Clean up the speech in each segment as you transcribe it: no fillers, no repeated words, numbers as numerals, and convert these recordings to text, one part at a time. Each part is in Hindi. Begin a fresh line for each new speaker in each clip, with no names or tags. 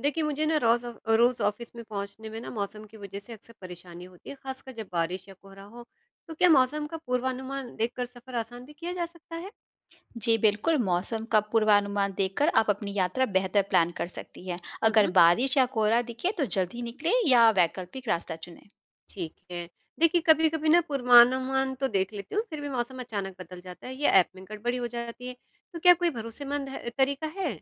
देखिए, मुझे ना रोज रोज ऑफिस में पहुंचने में ना मौसम की वजह से अक्सर परेशानी होती है, खासकर जब बारिश या कोहरा हो। तो क्या मौसम का पूर्वानुमान देखकर सफर आसान भी किया जा सकता है?
जी बिल्कुल, मौसम का पूर्वानुमान देखकर आप अपनी यात्रा बेहतर प्लान कर सकती हैं। अगर
हम्म।
बारिश या कोहरा दिखे तो जल्दी निकले या वैकल्पिक रास्ता चुनें।
ठीक है। देखिए, कभी कभी ना पूर्वानुमान तो देख लेती हूँ, फिर भी मौसम अचानक बदल जाता है या ऐप में गड़बड़ी हो जाती है। तो क्या कोई तरीका है?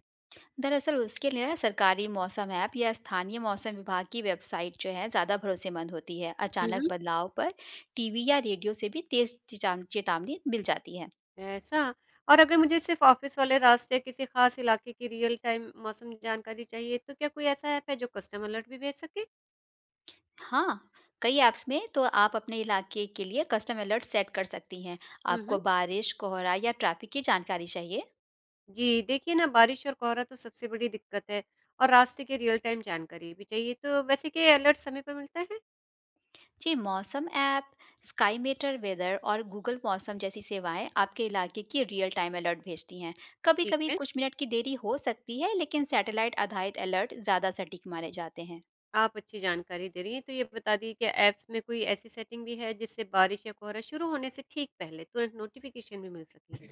दरअसल उसके लिए ना सरकारी मौसम ऐप या स्थानीय मौसम विभाग की वेबसाइट जो है ज़्यादा भरोसेमंद होती है। अचानक
हम्म।
बदलाव पर टीवी या रेडियो से भी तेज चिताम चेतावनी मिल जाती है।
ऐसा। और अगर मुझे सिर्फ ऑफिस वाले रास्ते या किसी खास इलाके की रियल टाइम मौसम जानकारी चाहिए, तो क्या कोई ऐसा ऐप है जो कस्टमर अलर्ट भी भेज सके?
हाँ, कई ऐप्स में तो आप अपने इलाके के लिए कस्टम अलर्ट सेट कर सकती हैं। आपको बारिश, कोहरा या ट्रैफिक की जानकारी चाहिए?
जी, देखिए ना, बारिश और कोहरा तो सबसे बड़ी दिक्कत है और रास्ते की रियल टाइम जानकारी भी चाहिए। तो वैसे क्या ये अलर्ट समय पर मिलता है?
जी, मौसम ऐप, स्काई मीटर वेदर और गूगल मौसम जैसी सेवाएं आपके इलाके की रियल टाइम अलर्ट भेजती हैं।
ठीक
कभी-कभी
है,
कुछ मिनट की देरी हो सकती है, लेकिन सैटेलाइट आधारित अलर्ट ज़्यादा सटीक माने जाते हैं।
आप अच्छी जानकारी दे रही हैं। तो ये बता दिए, क्या ऐप्स में कोई ऐसी सेटिंग भी है जिससे बारिश या कोहरा शुरू होने से ठीक पहले तुरंत नोटिफिकेशन भी मिल सके? जी।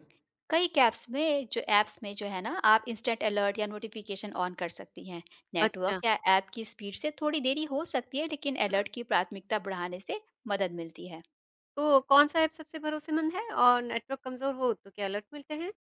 कई कैप्स में जो ऐप्स में जो है ना, आप इंस्टेंट अलर्ट या नोटिफिकेशन ऑन कर सकती हैं। नेटवर्क
अच्छा।
या ऐप की स्पीड से थोड़ी देरी हो सकती है, लेकिन
हाँ।
अलर्ट की प्राथमिकता बढ़ाने से मदद मिलती है।
तो कौन सा ऐप सबसे भरोसेमंद है और नेटवर्क कमज़ोर हो तो क्या अलर्ट मिलते हैं?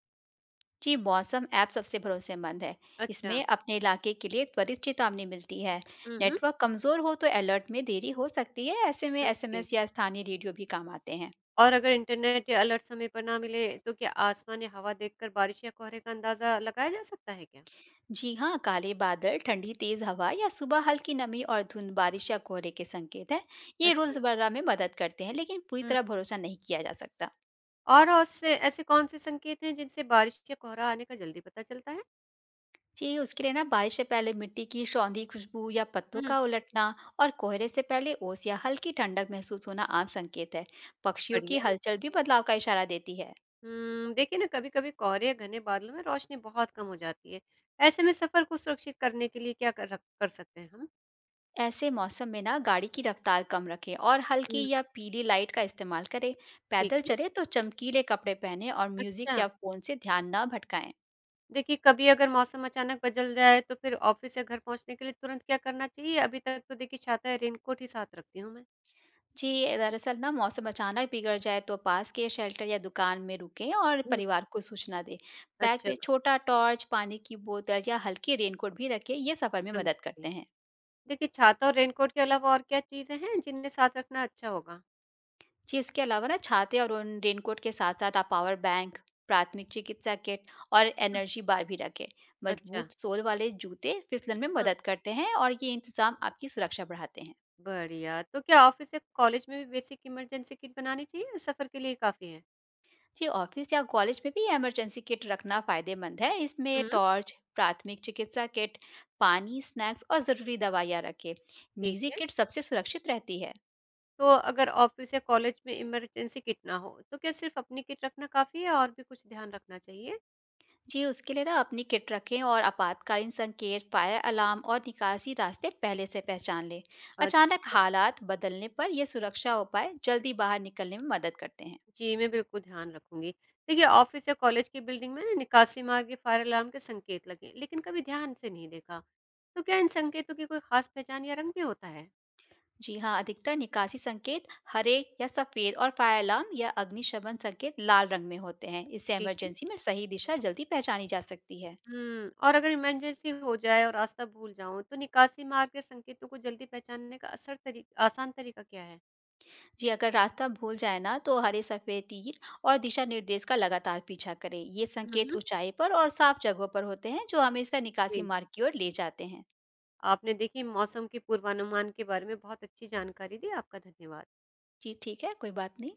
जी, मौसम ऐप सबसे भरोसेमंद है।
अच्छा।
इसमें अपने इलाके के लिए त्वरित चेतावनी मिलती है।
हुँ, हुँ।
नेटवर्क कमज़ोर हो तो अलर्ट में देरी हो सकती है। ऐसे में
समझी।
एसएमएस या स्थानीय रेडियो भी काम आते हैं।
और अगर इंटरनेट या अलर्ट समय पर ना मिले, तो क्या आसमान या हवा देखकर बारिश या कोहरे का अंदाज़ा लगाया जा सकता है क्या?
जी हाँ, काले बादल, ठंडी तेज़ हवा या सुबह हल्की नमी और धुंध बारिश या कोहरे के संकेत हैं। ये
अच्छा।
रोज़मर्रा में मदद करते हैं, लेकिन पूरी
हुँ।
तरह भरोसा नहीं किया जा सकता।
और उससे ऐसे कौन-से संकेत हैं जिनसे बारिश या कोहरा आने का जल्दी पता चलता है?
जी, उसके लिए ना बारिश से पहले मिट्टी की सौंधी खुशबू या पत्तों
हुँ,
का उलटना और कोहरे से पहले ओस या हल्की ठंडक महसूस होना आम संकेत है। पक्षियों की
बढ़िया।
हलचल भी बदलाव का इशारा देती है।
देखिए ना, कभी-कभी कोहरे या घने बादलों में रोशनी बहुत कम हो जाती है। ऐसे में सफ़र को सुरक्षित करने के लिए क्या कर सकते हैं हम?
ऐसे मौसम में ना गाड़ी की रफ्तार कम रखें और
हुँ।
हल्की या पीली लाइट का इस्तेमाल करें।
ठीक
पैदल
है।
चले तो चमकीले कपड़े पहने और म्यूजिक
अच्छा,
या फोन से ध्यान न भटकाएं।
देखिए, कभी अगर मौसम अचानक बदल जाए तो फिर ऑफ़िस या घर पहुँचने के लिए तुरंत क्या करना चाहिए? अभी तक तो देखिए, छाता या रेनकोट ही साथ रखती हूँ मैं।
जी, दरअसल ना मौसम अचानक बिगड़ जाए तो पास के शेल्टर या दुकान में रुकें और
हुँ।
परिवार को सूचना दें। बैग
अच्छा।
में छोटा टॉर्च, पानी की बोतल या हल्की रेनकोट भी रखें, ये सफर में
समझ
मदद करते
गई।
हैं।
देखिए, छाता और रेनकोट के अलावा और क्या चीज़ें हैं जिन्हें साथ रखना अच्छा होगा?
जी, इसके अलावा ना छाते और उन रेनकोट के साथ साथ आप पावर बैंक, प्राथमिक चिकित्सा किट और
हुँ।
एनर्जी बार भी रखें।
अच्छा।
मजबूत सोल वाले जूते फिसलन में मदद करते हैं और ये इंतजाम आपकी सुरक्षा बढ़ाते हैं।
बढ़िया। तो क्या ऑफ़िस या कॉलेज में भी बेसिक इमरजेंसी किट बनानी चाहिए या सफ़र के लिए काफ़ी है?
जी, ऑफिस या कॉलेज में भी इमरजेंसी किट रखना फायदेमंद है। इसमें
हुँ।
टॉर्च, प्राथमिक चिकित्सा किट, पानी, स्नैक्स और ज़रूरी दवाइयाँ रखें।
ठीक
निजी
है।
किट सबसे सुरक्षित रहती है।
तो अगर ऑफ़िस या कॉलेज में इमरजेंसी किट ना हो, तो क्या सिर्फ़ अपनी किट रखना काफ़ी है और भी कुछ ध्यान रखना चाहिए?
जी, उसके लिए ना अपनी किट रखें और आपातकालीन संकेत, फायर अलार्म और निकासी रास्ते पहले से पहचान लें। अचानक
अच्छा।
हालात बदलने पर ये सुरक्षा उपाय जल्दी बाहर निकलने में मदद करते हैं।
जी, मैं बिल्कुल ध्यान रखूँगी। देखिए, ऑफ़िस या कॉलेज की बिल्डिंग में ना निकासी मार्ग या फायर अलार्म के संकेत लगे, लेकिन कभी ध्यान से नहीं देखा। तो क्या इन संकेतों की कोई ख़ास पहचान या रंग भी होता है?
जी हाँ, अधिकतर निकासी संकेत हरे या सफेद और फायर अलार्म या अग्निशमन संकेत लाल रंग में होते हैं। इससे
ठीक है।
इमरजेंसी में सही दिशा जल्दी पहचानी जा सकती है।
और अगर इमरजेंसी हो जाए और रास्ता भूल जाऊँ, तो निकासी मार्ग या संकेतों को जल्दी पहचानने का असर तरी आसान तरीका क्या है?
जी, अगर रास्ता भूल जाए ना तो हरे सफेद तीर और दिशा निर्देश का लगातार पीछा करें। ये
हुँ,
संकेत
हुँ।
ऊंचाई पर और साफ जगहों पर होते हैं जो हमेशा निकासी
जी,
मार्ग की ओर ले जाते हैं।
आपने देखिए मौसम के पूर्वानुमान के बारे में बहुत अच्छी जानकारी दी, आपका धन्यवाद।
जी ठीक है, कोई बात नहीं।